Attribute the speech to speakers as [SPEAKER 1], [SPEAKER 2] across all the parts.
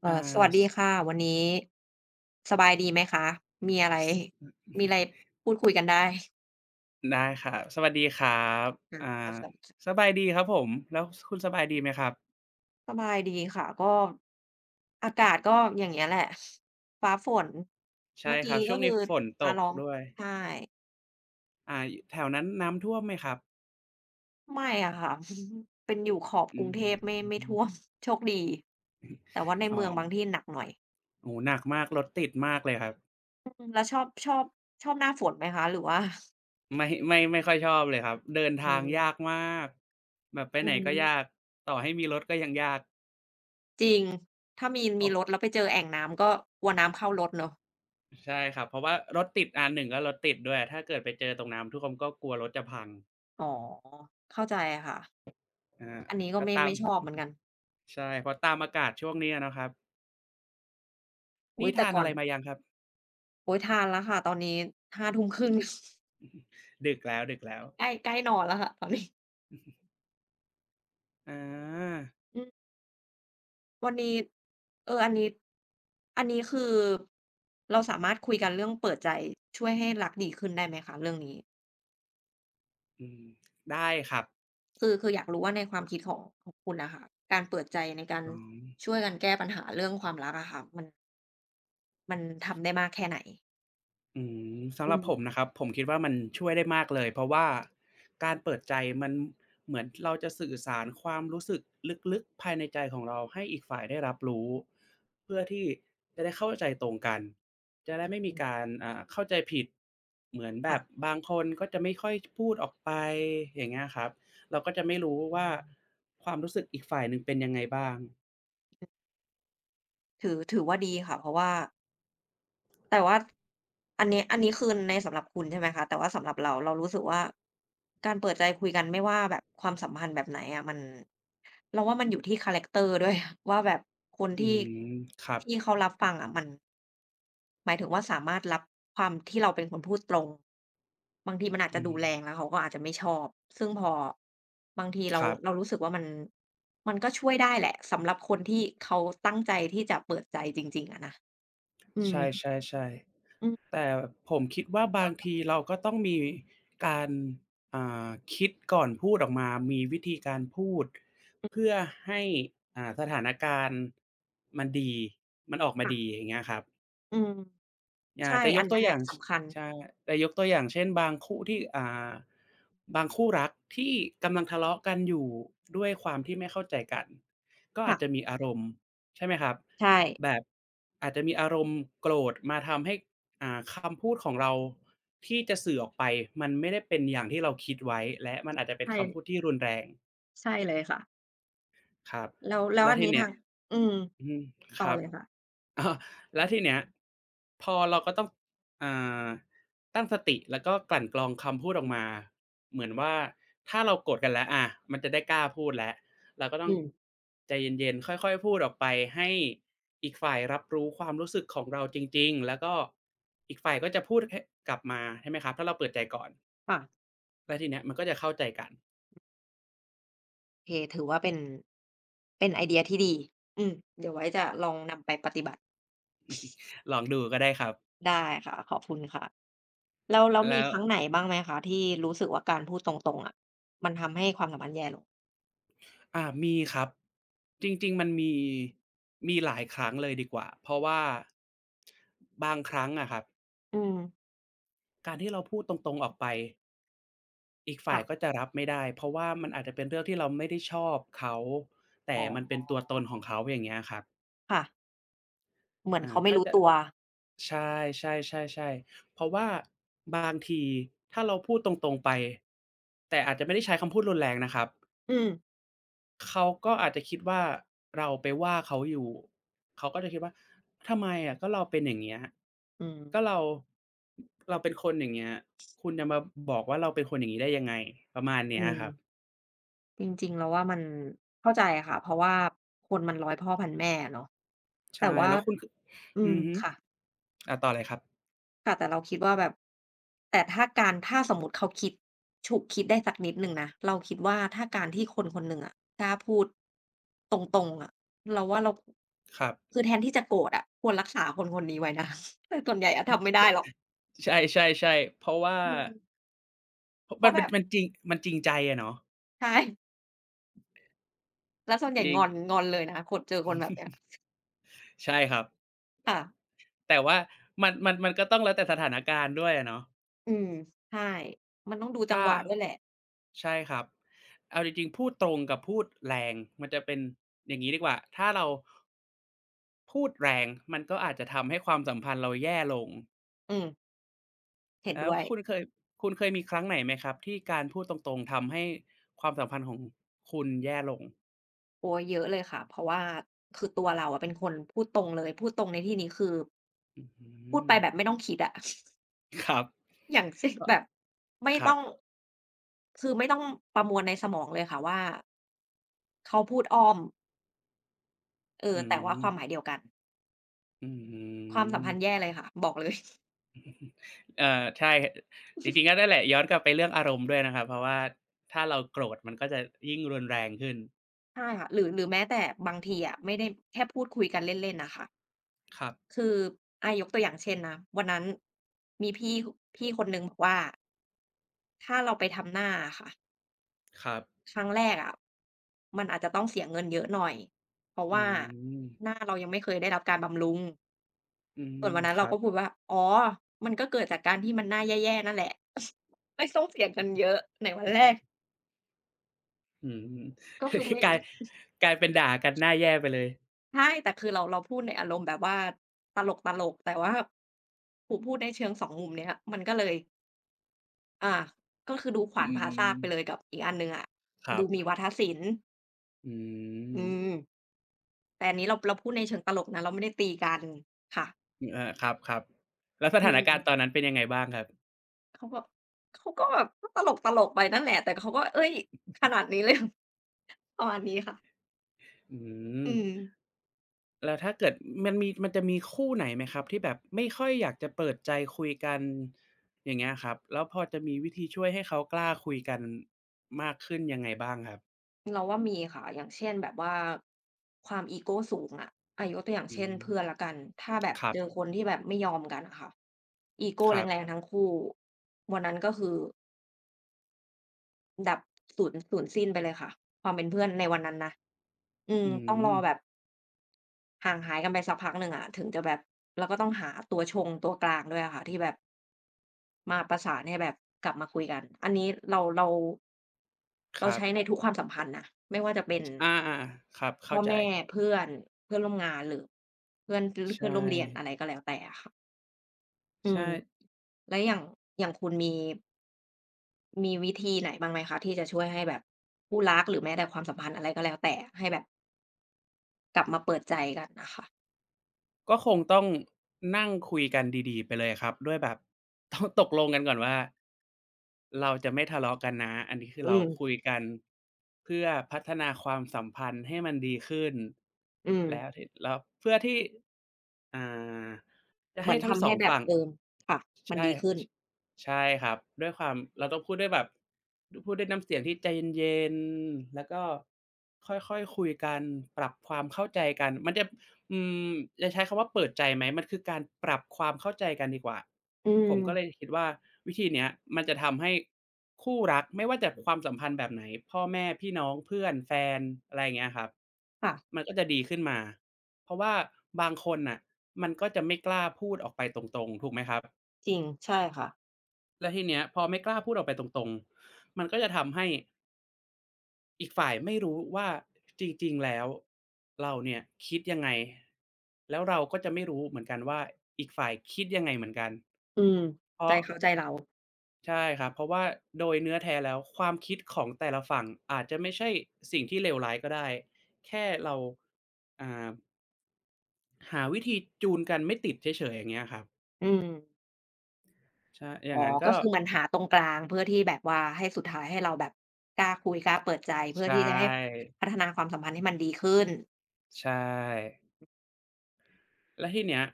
[SPEAKER 1] อา
[SPEAKER 2] สวัส
[SPEAKER 1] ส
[SPEAKER 2] ดีค่ะวันนี้สบายดีไหมคะมีอะไร
[SPEAKER 1] ส
[SPEAKER 2] มีอะไรพูดคุยกันได้
[SPEAKER 1] ได้ครับสวัสดีครับอ่า
[SPEAKER 2] อาส
[SPEAKER 1] สบายดีครับผมแล้วคุณสบายดีไหมครับ
[SPEAKER 2] สบายดีค่ะก็อากาศก็อย่างเงี้ยแหละฟ้าฝน
[SPEAKER 1] ใช่
[SPEAKER 2] เมื่อ
[SPEAKER 1] ครั
[SPEAKER 2] กี้
[SPEAKER 1] บ
[SPEAKER 2] ก็
[SPEAKER 1] ช่วง
[SPEAKER 2] คื
[SPEAKER 1] นี้
[SPEAKER 2] อ
[SPEAKER 1] ฝนต
[SPEAKER 2] ฟ้า
[SPEAKER 1] ก
[SPEAKER 2] ร้อง
[SPEAKER 1] ด้วย
[SPEAKER 2] ใช่
[SPEAKER 1] อ่าแถวนั้นน้ำท่วมไหมครับ
[SPEAKER 2] ไม่อะค่ะ เป็นอยู่ขอบก
[SPEAKER 1] อื
[SPEAKER 2] รุงเทพไม่ท่วม
[SPEAKER 1] ม
[SPEAKER 2] โชคดีแต่ว่าใน
[SPEAKER 1] อ๋อ
[SPEAKER 2] เมืองบางที่หนักหน่อย
[SPEAKER 1] โอ้โฮหนักมากรถติดมากเลยครับ
[SPEAKER 2] อืมแล้วชอบหน้าฝนไหมคะหรือว่า
[SPEAKER 1] ไม่ไม่ไม่ค่อยชอบเลยครับเดิน
[SPEAKER 2] อื
[SPEAKER 1] ทาง
[SPEAKER 2] ม
[SPEAKER 1] ยากมากแบบไป
[SPEAKER 2] อื
[SPEAKER 1] ไหนก็
[SPEAKER 2] ม
[SPEAKER 1] ยากต่อให้มีรถก็ยังยาก
[SPEAKER 2] จริง ถ้ามี
[SPEAKER 1] เพ
[SPEAKER 2] มี
[SPEAKER 1] ราะ
[SPEAKER 2] รถแล้วไปเจอแอ่งน้ำก็กลัวน้ำเข้ารถเนาะ
[SPEAKER 1] ใช่ครับเพราะว่ารถติดอาหนึ่งก็รถติดด้วยถ้าเกิดไปเจอตรงน้ำท่วมก็กลัวรถจะพัง
[SPEAKER 2] อ๋อเข้าใจค่ะ
[SPEAKER 1] อา
[SPEAKER 2] อันนี้ก็
[SPEAKER 1] ก็
[SPEAKER 2] ไม่
[SPEAKER 1] ตาม
[SPEAKER 2] ไม่ชอบเหมือนกัน
[SPEAKER 1] ใช่เพราะตามอากาศช่วงนี้อะเนาะครับ
[SPEAKER 2] อุ๊ย
[SPEAKER 1] นี่
[SPEAKER 2] แต่
[SPEAKER 1] ทาน
[SPEAKER 2] ก่อ
[SPEAKER 1] อะ
[SPEAKER 2] น
[SPEAKER 1] ไรมายังครับ
[SPEAKER 2] โอ๊ยทานแล้วค่ะตอนนี้ห้าทุ่มครึ่ง
[SPEAKER 1] ดึกแล้วๆ
[SPEAKER 2] ใกล้ใกล้นอนแล้วค่ะตอนนี้
[SPEAKER 1] อา
[SPEAKER 2] อืมวันนี้เอออันนี้อันนี้คือเราสามารถคุยกันเรื่องเปิดใจช่วยให้รักดีขึ้นได้ไหมคะเรื่องนี้
[SPEAKER 1] อืมได้ครับ
[SPEAKER 2] คืออยากรู้ว่าในความคิดของคุณน่ะค่ะการเปิดใจในการ
[SPEAKER 1] อ๋อ
[SPEAKER 2] ช่วยกันแก้ปัญหาเรื่องความรักอะค่ะมันทำได้มากแค่ไหน
[SPEAKER 1] อืมสำ
[SPEAKER 2] อื
[SPEAKER 1] หรับ
[SPEAKER 2] ม
[SPEAKER 1] ผมนะครับผมคิดว่ามันช่วยได้มากเลยเพราะว่าการเปิดใจมันเหมือนเราจะสื่อสารความรู้สึกลึกๆภายในใจของเราให้อีกฝ่ายได้รับรู้เพื่อที่จะได้เข้าใจตรงกันจะได้ไม่มีการเข้าใจผิดเหมือนแบบ
[SPEAKER 2] ค่ะ
[SPEAKER 1] บางคนก็จะไม่ค่อยพูดออกไปอย่างเงี้ยครับเราก็จะไม่รู้ว่าความรู้สึกอีกฝ่ายหนึ่งเป็นยังไงบ้าง
[SPEAKER 2] ถือว่าดีค่ะเพราะว่า แต่ว่าอันนี้คือในสำหรับคุณใช่ไหมคะแต่ว่าสำหรับเราเรารู้สึกว่าการเปิดใจคุยกันไม่ว่าแบบความสัมพันธ์แบบไหนอะมันเราว่ามันอยู่ที่คาแรกเตอร์ด้วย ว่าแบบคน
[SPEAKER 1] อื
[SPEAKER 2] ที่
[SPEAKER 1] มครับ
[SPEAKER 2] ที่เขารับฟังอะมันหมายถึงว่าสามารถรับความที่เราเป็นคนพูดตรงบางทีมันอาจจะ
[SPEAKER 1] อื
[SPEAKER 2] ดู
[SPEAKER 1] ม
[SPEAKER 2] แรงแล้วเขาก็อาจจะไม่ชอบซึ่งพอบางที
[SPEAKER 1] ค
[SPEAKER 2] เรา
[SPEAKER 1] รับ
[SPEAKER 2] เรารู้สึกว่ามันมันก็ช่วยได้แหละสำหรับคนที่เขาตั้งใจที่จะเปิดใจจริงๆอะนะอื
[SPEAKER 1] ใช
[SPEAKER 2] ม
[SPEAKER 1] ่ๆ
[SPEAKER 2] อืม
[SPEAKER 1] ๆ แต่ผมคิดว่าบางทีเราก็ต้องมีการอ่าคิดก่อนพูดออกมา มีวิธีการพูดเพื่อให้สถานการณ์มันดี มันออกมา
[SPEAKER 2] ค่ะ
[SPEAKER 1] ดีอย่างเงี้ยครับ
[SPEAKER 2] อืมใช่
[SPEAKER 1] อ่าแต่ย
[SPEAKER 2] อัน
[SPEAKER 1] ก
[SPEAKER 2] เนี้
[SPEAKER 1] ตั
[SPEAKER 2] ย
[SPEAKER 1] วอ
[SPEAKER 2] แหละ
[SPEAKER 1] ย่างช
[SPEAKER 2] สำคัญ
[SPEAKER 1] ใช่แต่ยกตัวอย่างเช่นบางคู่ที่าบางคู่รักที่กำลังทะเลาะกันอยู่ด้วยความที่ไม่เข้าใจกันก็อา
[SPEAKER 2] ค่ะ
[SPEAKER 1] จจะมีอารมณ์ใช่ไหมครับ
[SPEAKER 2] ใช่
[SPEAKER 1] แบบอาจจะมีอารมณ์โกรธมาทำให้คำพูดของเราที่จะสื่อออกไปมันไม่ได้เป็นอย่างที่เราคิดไว้และมันอาจจะเป็น
[SPEAKER 2] ใช่
[SPEAKER 1] คำพูดที่รุนแรง
[SPEAKER 2] ใช่เลยค่ะ
[SPEAKER 1] ครับ
[SPEAKER 2] แล้ว
[SPEAKER 1] แล้ว
[SPEAKER 2] อัน
[SPEAKER 1] ที
[SPEAKER 2] นี้
[SPEAKER 1] เนี้
[SPEAKER 2] ทา
[SPEAKER 1] ย
[SPEAKER 2] งอืม
[SPEAKER 1] อืมค
[SPEAKER 2] ต่อ
[SPEAKER 1] รับ
[SPEAKER 2] เลยค่ะ
[SPEAKER 1] เออแล้วทีเนี้ยพอเราก็ต้องอ่าตั้งสติแล้วก็กลั่นกรองคำพูดออกมาเหมือนว่าถ้าเราโกรธกันแล้วอามันจะได้กล้าพูดแล้วเราก็ต้อ
[SPEAKER 2] อื
[SPEAKER 1] ง
[SPEAKER 2] ม
[SPEAKER 1] ใจเย็นๆค่อยๆพูดออกไปให้อีกฝ่ายรับรู้ความรู้สึกของเราจริงๆแล้วก็อีกฝ่ายก็จะพูดให้กลับมาใช่ไหมครับถ้าเราเปิดใจก่อน
[SPEAKER 2] ค่ะ
[SPEAKER 1] แล้วทีเนี้ยมันก็จะเข้าใจกัน
[SPEAKER 2] โอเคถือว่าเป็นเป็นไอเดียที่ดีอืมเดี๋ยวไว้จะลองนำไปปฏิบัติ
[SPEAKER 1] ลองดูก็ได้ครับ
[SPEAKER 2] ได้ค่ะขอบคุณค่ะแล้วมี
[SPEAKER 1] แล้ว
[SPEAKER 2] ครั้งไหนบ้างไหมคะที่รู้สึกว่าการพูดตรงๆอะมันทำให้ความสัมพันธ์แย่ลง
[SPEAKER 1] มีครับจริงๆมันมีหลายครั้งเลยดีกว่าเพราะว่าบางครั้งอะครับ
[SPEAKER 2] อืม
[SPEAKER 1] การที่เราพูดตรงๆออกไปอีกฝ่า
[SPEAKER 2] ค่ะ
[SPEAKER 1] ยก็จะรับไม่ได้เพราะว่ามันอาจจะเป็นเรื่องที่เราไม่ได้ชอบเขาแต่
[SPEAKER 2] อ๋อ
[SPEAKER 1] มันเป็นตัวตนของเขาอย่างเงี้ยครับ
[SPEAKER 2] ค่ะเหมือน
[SPEAKER 1] อ่า
[SPEAKER 2] เขาไม่
[SPEAKER 1] ถ้า
[SPEAKER 2] รู้
[SPEAKER 1] จะ
[SPEAKER 2] ตัว
[SPEAKER 1] ใช่ๆๆๆเพราะว่าบางทีถ้าเราพูดตรงๆไปแต่อาจจะไม่ได้ใช้คำพูดรุนแรงนะครับ
[SPEAKER 2] อืม
[SPEAKER 1] เขาก็อาจจะคิดว่าเราไปว่าเขาอยู่เขาก็จะคิดว่าทำไมอะก็เราเป็นอย่างเงี้ย
[SPEAKER 2] อื
[SPEAKER 1] ก็
[SPEAKER 2] ม
[SPEAKER 1] เราเป็นคนอย่างเงี้ยคุณจะมาบอกว่าเราเป็นคนอย่างงี้ได้ยังไงประมาณเนี้
[SPEAKER 2] อื
[SPEAKER 1] ย
[SPEAKER 2] ม
[SPEAKER 1] ครับ
[SPEAKER 2] จริงๆเราว่ามันเข้าใจค่ะเพราะว่าคนมันร้อยพ่อพันแม่อะเนาะแต่
[SPEAKER 1] ใช่
[SPEAKER 2] ว่า
[SPEAKER 1] แล้วคุณค
[SPEAKER 2] อื
[SPEAKER 1] อื
[SPEAKER 2] ม
[SPEAKER 1] อฮึ
[SPEAKER 2] ค่ะ
[SPEAKER 1] อาต่อเลยครับ
[SPEAKER 2] ค่ะแต่เราคิดว่าแบบแต่ถ้าการถ้าสมมุติเขาคิดฉุกคิดได้สักนิดหนึ่งนะเราคิดว่าถ้าการที่คนคนหนึ่งอะกล้าพูดตรงๆอะเราว่าเรา
[SPEAKER 1] ครับ
[SPEAKER 2] คือแทนที่จะโกรธอะควรรักษาคนคนนี้ไว้นะ แต่ส่วนใหญ่อะทำไม่ได้หรอก
[SPEAKER 1] ใช่ๆๆเพราะว่า
[SPEAKER 2] อืม
[SPEAKER 1] พ
[SPEAKER 2] เพ
[SPEAKER 1] มั
[SPEAKER 2] ราะ
[SPEAKER 1] น
[SPEAKER 2] แบ
[SPEAKER 1] เป็น
[SPEAKER 2] บ
[SPEAKER 1] มันจริงมันจริงใจอะเนาะ
[SPEAKER 2] ใช่แล้วส่วนให
[SPEAKER 1] จ
[SPEAKER 2] ญ่
[SPEAKER 1] ริ
[SPEAKER 2] ง
[SPEAKER 1] ง
[SPEAKER 2] อนงอนเลยนะคนเจอคนแบบเนี้ย
[SPEAKER 1] ใช่ครับเอ่
[SPEAKER 2] ค่ะ
[SPEAKER 1] อแต่ว่ามันมันก็ต้องแล้วแต่สถานการณ์ด้วยอะเนาะ
[SPEAKER 2] อืมใช่มันต้องดูจัง
[SPEAKER 1] ถ้า
[SPEAKER 2] หวะด้วยแหละ
[SPEAKER 1] ใช่ครับเอาจริงๆพูดตรงกับพูดแรงมันจะเป็นอย่างงี้ดีกว่าถ้าเราพูดแรงมันก็อาจจะทำให้ความสัมพันธ์เราแย่ลง
[SPEAKER 2] อืมเห็น
[SPEAKER 1] แล้ว
[SPEAKER 2] ด้วย
[SPEAKER 1] คุณเคยมีครั้งไหนไหมครับที่การพูดตรงๆทำให้ความสัมพันธ์ของคุณแย่ลง
[SPEAKER 2] โอ้ยเยอะเลยค่ะเพราะว่าคือตัวเราอะเป็นคนพูดตรงเลย พูดตรงในที่นี้คือ
[SPEAKER 1] อื้อฮื
[SPEAKER 2] พูด
[SPEAKER 1] อ
[SPEAKER 2] ไปแบบไม่ต้องคิดอะ
[SPEAKER 1] ครับ
[SPEAKER 2] อย่างเช่น
[SPEAKER 1] ก็
[SPEAKER 2] แบบไม่
[SPEAKER 1] ครั
[SPEAKER 2] ต้
[SPEAKER 1] บ
[SPEAKER 2] องคือไม่ต้องประมวลในสมองเลยค่ะว่าเขาพูดอ้อม
[SPEAKER 1] อื
[SPEAKER 2] แต่
[SPEAKER 1] ม
[SPEAKER 2] ว่าความหมายเดียวกัน
[SPEAKER 1] อื้อื
[SPEAKER 2] ความสัมพันธ์แย่
[SPEAKER 1] อ
[SPEAKER 2] เลยค่ะบอกเลย
[SPEAKER 1] ใช่จริงๆก็นั่นแหละย้อนกลับไปเรื่องอารมณ์ด้วยนะครับเพราะว่าถ้าเราโกรธมันก็จะยิ่งรุนแรงขึ้น
[SPEAKER 2] ใช่ค่ะหรือแม้แต่บางทีอะไม่ได้แค่พูดคุยกันเล่นๆนะค่ะ
[SPEAKER 1] ครับ
[SPEAKER 2] คือยกตัวอย่างเช่นนะวันนั้นมีพี่คนหนึ่งบอกว่าถ้าเราไปทำหน้าค่ะ
[SPEAKER 1] ครับ
[SPEAKER 2] ครั้งแรกอะมันอาจจะต้องเสียเงินเยอะหน่อยเพราะ
[SPEAKER 1] อื
[SPEAKER 2] ว่า
[SPEAKER 1] ม
[SPEAKER 2] หน้าเรายังไม่เคยได้รับการบำรุง
[SPEAKER 1] อืม
[SPEAKER 2] ส่วนวันนั้น
[SPEAKER 1] ค
[SPEAKER 2] เรา
[SPEAKER 1] รั
[SPEAKER 2] ก็พูด
[SPEAKER 1] บ
[SPEAKER 2] ว่าอ๋อมันก็เกิดจากการที่มันหน้าแย่ๆนั่นแหละ ไม่ต้องเสียเงินเยอะในวันแรก
[SPEAKER 1] อืม
[SPEAKER 2] ก็คือไม่
[SPEAKER 1] กลายกลายเป็นด่ากันหน้าแย่ไปเลย
[SPEAKER 2] ใช่แต่คือเราพูดในอารมณ์แบบว่าตลกๆแต่ว่าถูกพูดในเชิงสองมุมเนี้ยมันก็เลยอ่าก็คือดูขวา
[SPEAKER 1] อื
[SPEAKER 2] นผ่าซากไปเลย
[SPEAKER 1] ม
[SPEAKER 2] กับอีกอันหนึ่งอะ
[SPEAKER 1] ครั
[SPEAKER 2] ดู
[SPEAKER 1] บ
[SPEAKER 2] มีวาทศิลป์
[SPEAKER 1] อืม
[SPEAKER 2] อืมแต่อันนี้เราพูดในเชิงตลกนะเราไม่ได้ตีกันค่ะ
[SPEAKER 1] อาครับๆแล้วส
[SPEAKER 2] อื
[SPEAKER 1] ถาน
[SPEAKER 2] ม
[SPEAKER 1] การณ์ตอนนั้นเป็นยังไงบ้างครับ
[SPEAKER 2] เขาก็เขาก็แบบก็ตลกๆไปนั่นแหละแต่เขาก็เฮ้ยขนาดนี้เลย ประมาณนี้ค่ะ
[SPEAKER 1] อืม
[SPEAKER 2] อืม
[SPEAKER 1] แล้วถ้าเกิดมันจะมีคู่ไหนไหมครับที่แบบไม่ค่อยอยากจะเปิดใจคุยกันอย่างเงี้ยครับแล้วพอจะมีวิธีช่วยให้เขากล้าคุยกันมากขึ้นยังไงบ้างครับ
[SPEAKER 2] เราว่ามีค่ะอย่างเช่นแบบว่าความอีโกสูงอะยกตัวอย่าง
[SPEAKER 1] อื
[SPEAKER 2] เช่น
[SPEAKER 1] ม
[SPEAKER 2] เพื่อนแล้วกันถ้าแบบ
[SPEAKER 1] คร
[SPEAKER 2] เจอคนที่แบบไม่ยอมกันอะค่ะอีโก
[SPEAKER 1] ับ
[SPEAKER 2] แรง
[SPEAKER 1] ๆ
[SPEAKER 2] ๆทั้งคู่วันนั้นก็คือดับสูญสิ้นไปเลยค่ะความเป็นเพื่อนในวันนั้นนะอืม
[SPEAKER 1] อื
[SPEAKER 2] ต้องร
[SPEAKER 1] ม
[SPEAKER 2] อแบบ ห่างหายกันไปสักพักหนึ่งอะถึงจะแบบเราก็ต้องหาตัวชงตัวกลางด้วยอะค่ะที่แบบมาประสานให้แบบกลับมาคุยกันอันนี้
[SPEAKER 1] ค
[SPEAKER 2] เรา
[SPEAKER 1] รับ
[SPEAKER 2] ใช้ในทุกความสัมพันธ์นะไม่ว่าจะเป็น
[SPEAKER 1] อาๆครับ
[SPEAKER 2] พ่
[SPEAKER 1] เข้า
[SPEAKER 2] อ
[SPEAKER 1] ใจ
[SPEAKER 2] แม่เพื่อนเพื่อนร่วมงานหรือเพื่
[SPEAKER 1] ใช่
[SPEAKER 2] อนร่วมเรียนอะไรก็แล้วแต่อะค่ะอื
[SPEAKER 1] ใช่
[SPEAKER 2] ม
[SPEAKER 1] อ
[SPEAKER 2] แล้วอย่างคุณมีวิธีไหนบ้างไหมคะที่จะช่วยให้แบบคู่รักหรือแม้แต่ความสัมพันธ์อะไรก็แล้วแต่ให้แบบกลับมาเปิดใจกันน่ะค่ะ
[SPEAKER 1] ก็คงต้องนั่งคุยกันดีๆไปเลยครับด้วยแบบ ต้องตกลงกันก่อนว่าเราจะไม่ทะเลาะกันนะอันนี้คือ
[SPEAKER 2] อื
[SPEAKER 1] เรา
[SPEAKER 2] ม
[SPEAKER 1] คุยกันเพื่อพัฒนาความสัมพันธ์ให้มันดีขึ้น
[SPEAKER 2] อืม
[SPEAKER 1] แล้วที่แล้วเพื่อที่อ่าจะ
[SPEAKER 2] เหมื
[SPEAKER 1] ให้
[SPEAKER 2] อน
[SPEAKER 1] ทั้ง
[SPEAKER 2] ทำ
[SPEAKER 1] สอ
[SPEAKER 2] ให้
[SPEAKER 1] ง
[SPEAKER 2] แบบ
[SPEAKER 1] ฝั่ง
[SPEAKER 2] เออค่ะมัน
[SPEAKER 1] ใช่
[SPEAKER 2] ดีขึ้น
[SPEAKER 1] ชใช่ครับด้วยความเราต้องพูดด้วยแบบดพูดด้วยน้ำเสียงที่ใจเย็นๆแล้วก็ค่อยๆคุยกันปรับความเข้าใจกันมันจะ อืมจะใช้คำว่าเปิดใจไหมมันคือการปรับความเข้าใจกันดีกว่า
[SPEAKER 2] อื
[SPEAKER 1] ผ
[SPEAKER 2] ม
[SPEAKER 1] มก็เลยคิดว่าวิธีเนี้ยมันจะทำให้คู่รักไม่ว่าจะความสัมพันธ์แบบไหนพ่อแม่พี่น้องเพื่อนแฟนอะไรอย่างเงี้ยครับ
[SPEAKER 2] ค่ะ
[SPEAKER 1] มันก็จะดีขึ้นมาเพราะว่าบางคนน่ะมันก็จะไม่กล้าพูดออกไปตรงๆถูกไหมครับ
[SPEAKER 2] จริงใช่ค่ะ
[SPEAKER 1] แล้วทีเนี้ยพอไม่กล้าพูดออกไปตรงๆมันก็จะทำให้ อีกฝ่ายไม่รู้ว่าจริงๆแล้วเราเนี่ยคิดยังไงแล้วเราก็จะไม่รู้เหมือนกันว่าอีกฝ่ายคิดยังไงเหมือนกัน
[SPEAKER 2] อืม
[SPEAKER 1] เพ
[SPEAKER 2] ใจ
[SPEAKER 1] ราะ
[SPEAKER 2] เขาใจเรา
[SPEAKER 1] ใช่ครับเพราะว่าโดยเนื้อแท้แล้วความคิดของแต่ละฝั่งอาจจะไม่ใช่สิ่งที่เลวร้ายก็ได้แค่เราอ่าหาวิธีจูนกันไม่ติดเฉยๆอย่างเงี้ยครับ
[SPEAKER 2] อืม
[SPEAKER 1] ใช่อ
[SPEAKER 2] อ๋อ
[SPEAKER 1] ย่างงั้น
[SPEAKER 2] ก็
[SPEAKER 1] ก็
[SPEAKER 2] คือมันหาตรงกลางเพื่อที่แบบว่าให้สุดท้ายให้เราแบบกล้าคุยกล้าเปิดใจเพื่
[SPEAKER 1] ใช
[SPEAKER 2] อที่จะให้
[SPEAKER 1] ่
[SPEAKER 2] พัฒนาความสัมพันธ์ให้มันดีขึ้น
[SPEAKER 1] ใช่แล้วทีเนี้ย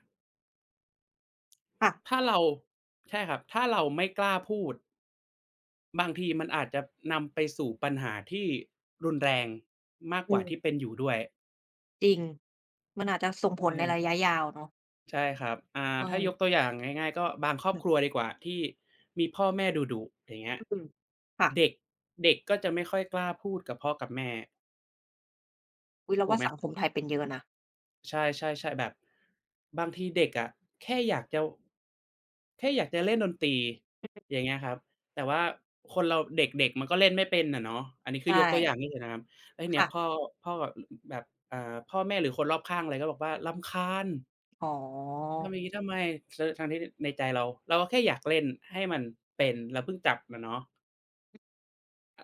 [SPEAKER 2] ค่ะ
[SPEAKER 1] ถ้าเราใช่ครับถ้าเราไม่กล้าพูด บางทีมันอาจจะนำไปสู่ปัญหาที่รุนแรงมาก
[SPEAKER 2] อื
[SPEAKER 1] กว่า
[SPEAKER 2] ม
[SPEAKER 1] ที่เป็นอยู่ด้วย
[SPEAKER 2] จริงมันอาจจะส่ง
[SPEAKER 1] ใช่
[SPEAKER 2] ผลใน
[SPEAKER 1] ไหม
[SPEAKER 2] ระยะยาวเนาะ
[SPEAKER 1] ใช่ครับ
[SPEAKER 2] ว่า
[SPEAKER 1] ถ้า
[SPEAKER 2] งั้
[SPEAKER 1] ยกตัว
[SPEAKER 2] น
[SPEAKER 1] อย่างง่ายๆก็บางครอบ
[SPEAKER 2] อืม
[SPEAKER 1] ครัวดีกว่าที่มีพ่อแม่ดุๆอย่างเงี้ย
[SPEAKER 2] อืมค่ะ
[SPEAKER 1] เด็กเด็กก็จะไม่ค่อยกล้าพูดกับพ่อกับแม่
[SPEAKER 2] อุ๊ยเราว่าสังคมไทยเป็นเยอะนะ
[SPEAKER 1] ใช่ๆๆแบบบางทีเด็กอะแค่อยากจะแค่อยากจะเล่นดนตรีอย่างเงี้ยครับแต่ว่าคนเราเด็กๆมันก็เล่นไม่เป็นอะเนาะอันนี้
[SPEAKER 2] ใช
[SPEAKER 1] คือยกตัวอย่าง
[SPEAKER 2] ่
[SPEAKER 1] ให้เห็นนะครับแล้วทีเนี้ย
[SPEAKER 2] ค่ะ
[SPEAKER 1] พ่อแบบอ่าพ่อแม่หรือคนรอบข้างอะไรก็บอกว่ารำคาญ
[SPEAKER 2] อ๋อ
[SPEAKER 1] ทำอย่างงี้ทำไมทั้งที่ในใจเราก็แค่อยากเล่นให้มันเป็นเราเพิ่งจับอะเนาะ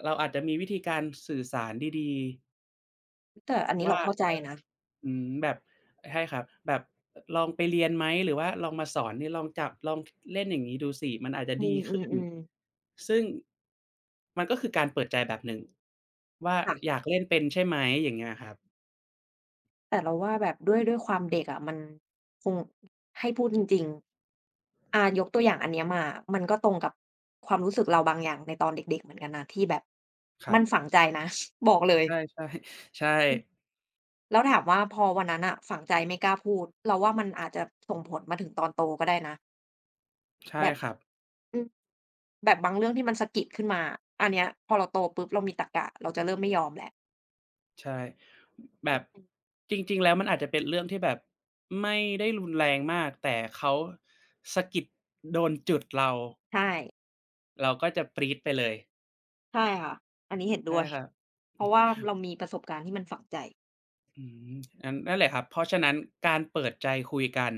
[SPEAKER 1] เราอาจจะมีวิธีการสื่อสารดีๆ
[SPEAKER 2] แต่อันนี้เรา
[SPEAKER 1] ว่า
[SPEAKER 2] เข้าใจนะ
[SPEAKER 1] อืมแบบใช่ครับแบบลองไปเรียนไหมหรือว่าลองมาสอนนี่ลองจับลองเล่นอย่างงี้ดูสิมันอาจจะ
[SPEAKER 2] อื
[SPEAKER 1] ดีขึ้น
[SPEAKER 2] มๆ
[SPEAKER 1] ซึ่งมันก็คือการเปิดใจแบบหนึ่งว่า
[SPEAKER 2] ๆค่ะ
[SPEAKER 1] อยากเล่นเป็นใช่ไหมอย่างเงี้ยครับ
[SPEAKER 2] แต่เราว่าแบบด้วยความเด็กอะมันคงให้พูดจริงๆอายกตัวอย่างอันเนี้ยมามันก็ตรงกับความรู้สึกเราบางอย่างในตอนเด็กๆเหมือนกันนะที่แบบ
[SPEAKER 1] ครั
[SPEAKER 2] มั
[SPEAKER 1] บ
[SPEAKER 2] นฝังใจนะ บอกเลย
[SPEAKER 1] ใช่ๆใช่
[SPEAKER 2] อืมแล้วถามว่าพอวันนั้นอ่ะฝังใจไม่กล้าพูดเราว่ามันอาจจะส่งผลมาถึงตอนโตก็ได้นะ
[SPEAKER 1] ใช่
[SPEAKER 2] แบบ
[SPEAKER 1] ครับ
[SPEAKER 2] อืมแบบบางเรื่องที่มันสะกิดขึ้นมาอันเนี้ยพอเราโตปุ๊บเรามีตรรกะเราจะเริ่มไม่ยอมแหละ
[SPEAKER 1] ใช่แบบจริงๆแล้วมันอาจจะเป็นเรื่องที่แบบไม่ได้รุนแรงมากแต่เขาสะกิดโดนจุดเรา
[SPEAKER 2] ใช่
[SPEAKER 1] เราก็จะปรี๊ดไปเลย
[SPEAKER 2] ใช่ค่ะอันนี้เห็น
[SPEAKER 1] ใช่
[SPEAKER 2] ด้วย
[SPEAKER 1] ครับ
[SPEAKER 2] เพราะว่าเรามีประสบการณ์ที่มันฝังใจ
[SPEAKER 1] อืมอันนั่นแหละครับเพราะฉะนั้นการเปิดใจคุยกัน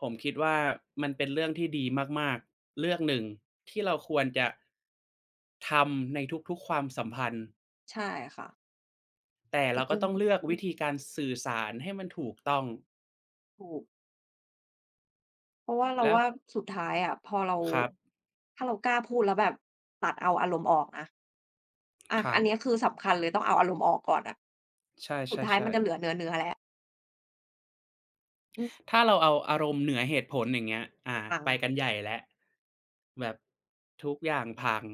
[SPEAKER 1] ผมคิดว่ามันเป็นเรื่องที่ดีมากๆเรื่องหนึ่งที่เราควรจะทำในทุกๆความสัมพันธ์
[SPEAKER 2] ใช่ค่ะ
[SPEAKER 1] แต่
[SPEAKER 2] อื
[SPEAKER 1] เรา
[SPEAKER 2] ออื
[SPEAKER 1] ก็ต้องเลือกวิ
[SPEAKER 2] ม
[SPEAKER 1] ธีการสื่อสารให้มันถูกต้อง
[SPEAKER 2] ถูกเพราะว่าเรา
[SPEAKER 1] แล้ว
[SPEAKER 2] ว่าสุดท้ายอะพอเรา
[SPEAKER 1] ครับ
[SPEAKER 2] ถ้าเรากล้าพูดแล้วแบบตัดเอาอารมณ์ออกนะ
[SPEAKER 1] ครั
[SPEAKER 2] อัน
[SPEAKER 1] บ
[SPEAKER 2] เนี้ยคือสำคัญเลยต้องเอาอารมณ์ออกก่อนอะ
[SPEAKER 1] ใช
[SPEAKER 2] สุดท้าย
[SPEAKER 1] ่ๆๆ
[SPEAKER 2] แล้วอืม
[SPEAKER 1] ถ้าเราเอาอารมณ์เหนือเหตุผลอย่างเงี้ย
[SPEAKER 2] ฟัง
[SPEAKER 1] ไปกันใหญ่แล้วแบบทุกอย่างพัง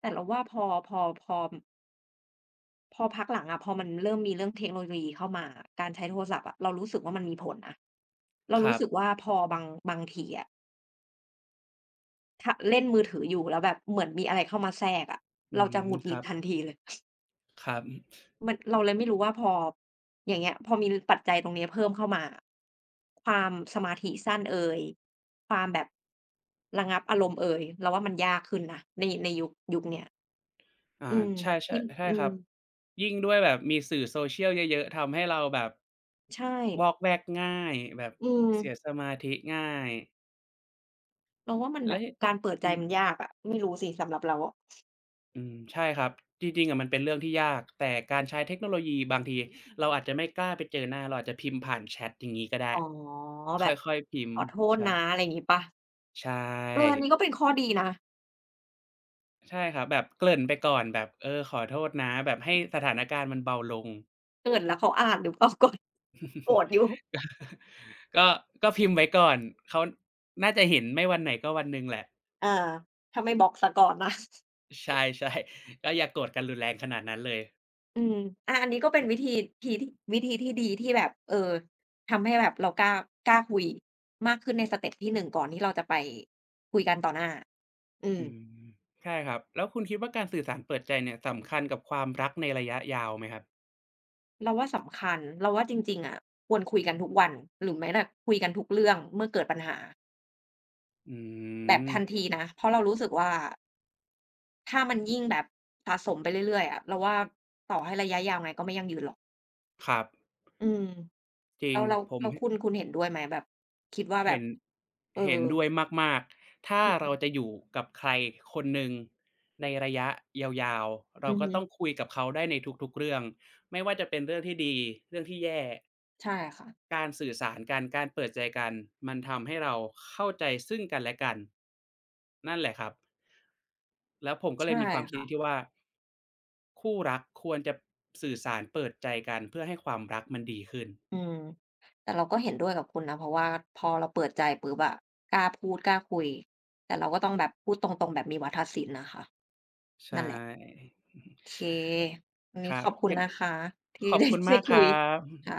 [SPEAKER 2] แต่เราว่าพอพักหลังอะพอมันเริ่มมีเรื่องเทคโนโลยีเข้ามาการใช้โทรศัพท์อะเรารู้สึกว่ามันมีผลนะเรา
[SPEAKER 1] ครั
[SPEAKER 2] รู้
[SPEAKER 1] บ
[SPEAKER 2] สึกว่าพอบางทีอะถ้าเล่นมือถืออยู่แล้วแบบเหมือนมีอะไรเข้ามาแทรกอะ
[SPEAKER 1] อื
[SPEAKER 2] เราจะห
[SPEAKER 1] ม
[SPEAKER 2] งุดห
[SPEAKER 1] ค
[SPEAKER 2] งิด
[SPEAKER 1] รับ
[SPEAKER 2] ทันทีเลย
[SPEAKER 1] ครับ
[SPEAKER 2] มันเราเลยไม่รู้ว่าพออย่างเงี้ยพอมีปัจจัยตรงเนี้ยเพิ่มเข้ามาความสมาธิสั้นเอยความแบบระงับอารมณ์เอยเราว่ามันยากขึ้นนะในยุคเนี้ย
[SPEAKER 1] อา
[SPEAKER 2] อืม
[SPEAKER 1] ใช่ใช่
[SPEAKER 2] ที่
[SPEAKER 1] ใช่
[SPEAKER 2] อื
[SPEAKER 1] ค
[SPEAKER 2] ม
[SPEAKER 1] รับยิ่งด้วยแบบมีสื่อ Social เยอะๆทำให้เราแบบ
[SPEAKER 2] ใช่
[SPEAKER 1] วอกแวกง่ายแบบ
[SPEAKER 2] อืม
[SPEAKER 1] เสียสมาธิง่าย
[SPEAKER 2] เราว่ามันแบ
[SPEAKER 1] และ
[SPEAKER 2] บการเปิดใจ
[SPEAKER 1] อืม
[SPEAKER 2] มันยากอะไม่รู้สิสำหรับเราอะ
[SPEAKER 1] อืมใช่ครับจริงๆอะมันเป็นเรื่องที่ยากแต่การใช้เทคโนโลยีบางทีเราอาจจะไม่กล้าไปเจอหน้าเราอาจจะพิมพ์ผ่านแชตอย่างงี้ก็ได้
[SPEAKER 2] อ๋อแบ
[SPEAKER 1] ค
[SPEAKER 2] บ
[SPEAKER 1] ่อยๆพิม
[SPEAKER 2] ข
[SPEAKER 1] พ์
[SPEAKER 2] อโทษนะอะ
[SPEAKER 1] ใช่
[SPEAKER 2] ไรอย่างงี้เปล่า
[SPEAKER 1] ใช่
[SPEAKER 2] เอออันนี้ก็เป็นข้อดีนะ
[SPEAKER 1] ใช่ครับแบบเกริ่นไปก่อนแบบเออขอโทษนะแบบให้สถานการณ์มันเบาลง
[SPEAKER 2] เกิดแล้วเขาอ่านหรือเปล่าก่อนโกรธอยู่
[SPEAKER 1] ก็ก็พิมพ์ไว้ก่อนเขาน่าจะเห็นไม่วันไหนก็วันหนึ่งแหละ
[SPEAKER 2] อาถ้าไม่บล็อกเสียก่อนนะ
[SPEAKER 1] ใช่ๆก็อย่าโกรธกันรุนแรงขนาดนั้นเลย
[SPEAKER 2] อืมอาอันนี้ก็เป็นวิธีวิธีที่ดีที่แบบเออทำให้แบบเรากล้ากล้าคุยมากขึ้นในสเต็ปที่หนึ่งก่อนที่เราจะไปคุยกันต่อหน้าอืม
[SPEAKER 1] อืมใช่ครับแล้วคุณคิดว่าการสื่อสารเปิดใจเนี่ยสำคัญกับความรักในระยะยาวไหมครับ
[SPEAKER 2] เราว่าสำคัญเราว่าจริงๆอะควรคุยกันทุกวันหรือแม้แต่คุยกันทุกเรื่องเมื่อเกิดปัญหา
[SPEAKER 1] อื
[SPEAKER 2] แบบ
[SPEAKER 1] ม
[SPEAKER 2] ทันทีนะเพราะเรารู้สึกว่าถ้ามันยิ่งแบบสะสมไปเรื่อยๆอะเราว่าต่อให้ระยะยาวไงก็ไม่ยั่งยืนหรอก
[SPEAKER 1] ครับ
[SPEAKER 2] อืม
[SPEAKER 1] จริ
[SPEAKER 2] แล้
[SPEAKER 1] ง
[SPEAKER 2] วแล้ว
[SPEAKER 1] ผม
[SPEAKER 2] แล้ว
[SPEAKER 1] ห
[SPEAKER 2] คุณเห็นด้วยไหมแบบคิดว่าแบ
[SPEAKER 1] เห็
[SPEAKER 2] บ
[SPEAKER 1] น
[SPEAKER 2] เออ
[SPEAKER 1] เห็นด้วยมากๆถ้า
[SPEAKER 2] อื
[SPEAKER 1] เรา
[SPEAKER 2] ม
[SPEAKER 1] จะอยู่กับใครคนหนึ่งในระยะยาวๆเรา
[SPEAKER 2] อือ
[SPEAKER 1] ก็
[SPEAKER 2] ฮึ
[SPEAKER 1] ต้องคุยกับเขาได้ในทุกๆเรื่องไม่ว่าจะเป็นเรื่องที่ดีเรื่องที่แย่
[SPEAKER 2] ใช่ค่ะ
[SPEAKER 1] การสื่อสารกันการเปิดใจกันมันทำให้เราเข้าใจซึ่งกันและกันนั่นแหละครับแล้วผมก็เล
[SPEAKER 2] ใช่
[SPEAKER 1] ยมีความคิด
[SPEAKER 2] ค่ะ
[SPEAKER 1] ที่ว่าคู่รักควรจะสื่อสารเปิดใจกันเพื่อให้ความรักมันดีขึ้น
[SPEAKER 2] อืม แต่เราก็เห็นด้วยกับคุณนะ เพราะว่าพอเราเปิดใจปุ๊บอะกล้าพูดกล้าคุย แต่เราก็ต้องแบบพูดตรงๆแบบมีวาทศิลป์นะคะ
[SPEAKER 1] ใช่
[SPEAKER 2] นั่นแหละโอเควัน
[SPEAKER 1] ค
[SPEAKER 2] นี้
[SPEAKER 1] รั
[SPEAKER 2] ข
[SPEAKER 1] บ
[SPEAKER 2] อบคุณ
[SPEAKER 1] ยัง
[SPEAKER 2] นะคะที่
[SPEAKER 1] ข อบคุณ
[SPEAKER 2] ได้
[SPEAKER 1] มากค
[SPEAKER 2] คุ
[SPEAKER 1] รั
[SPEAKER 2] ย
[SPEAKER 1] บ
[SPEAKER 2] ค่ะ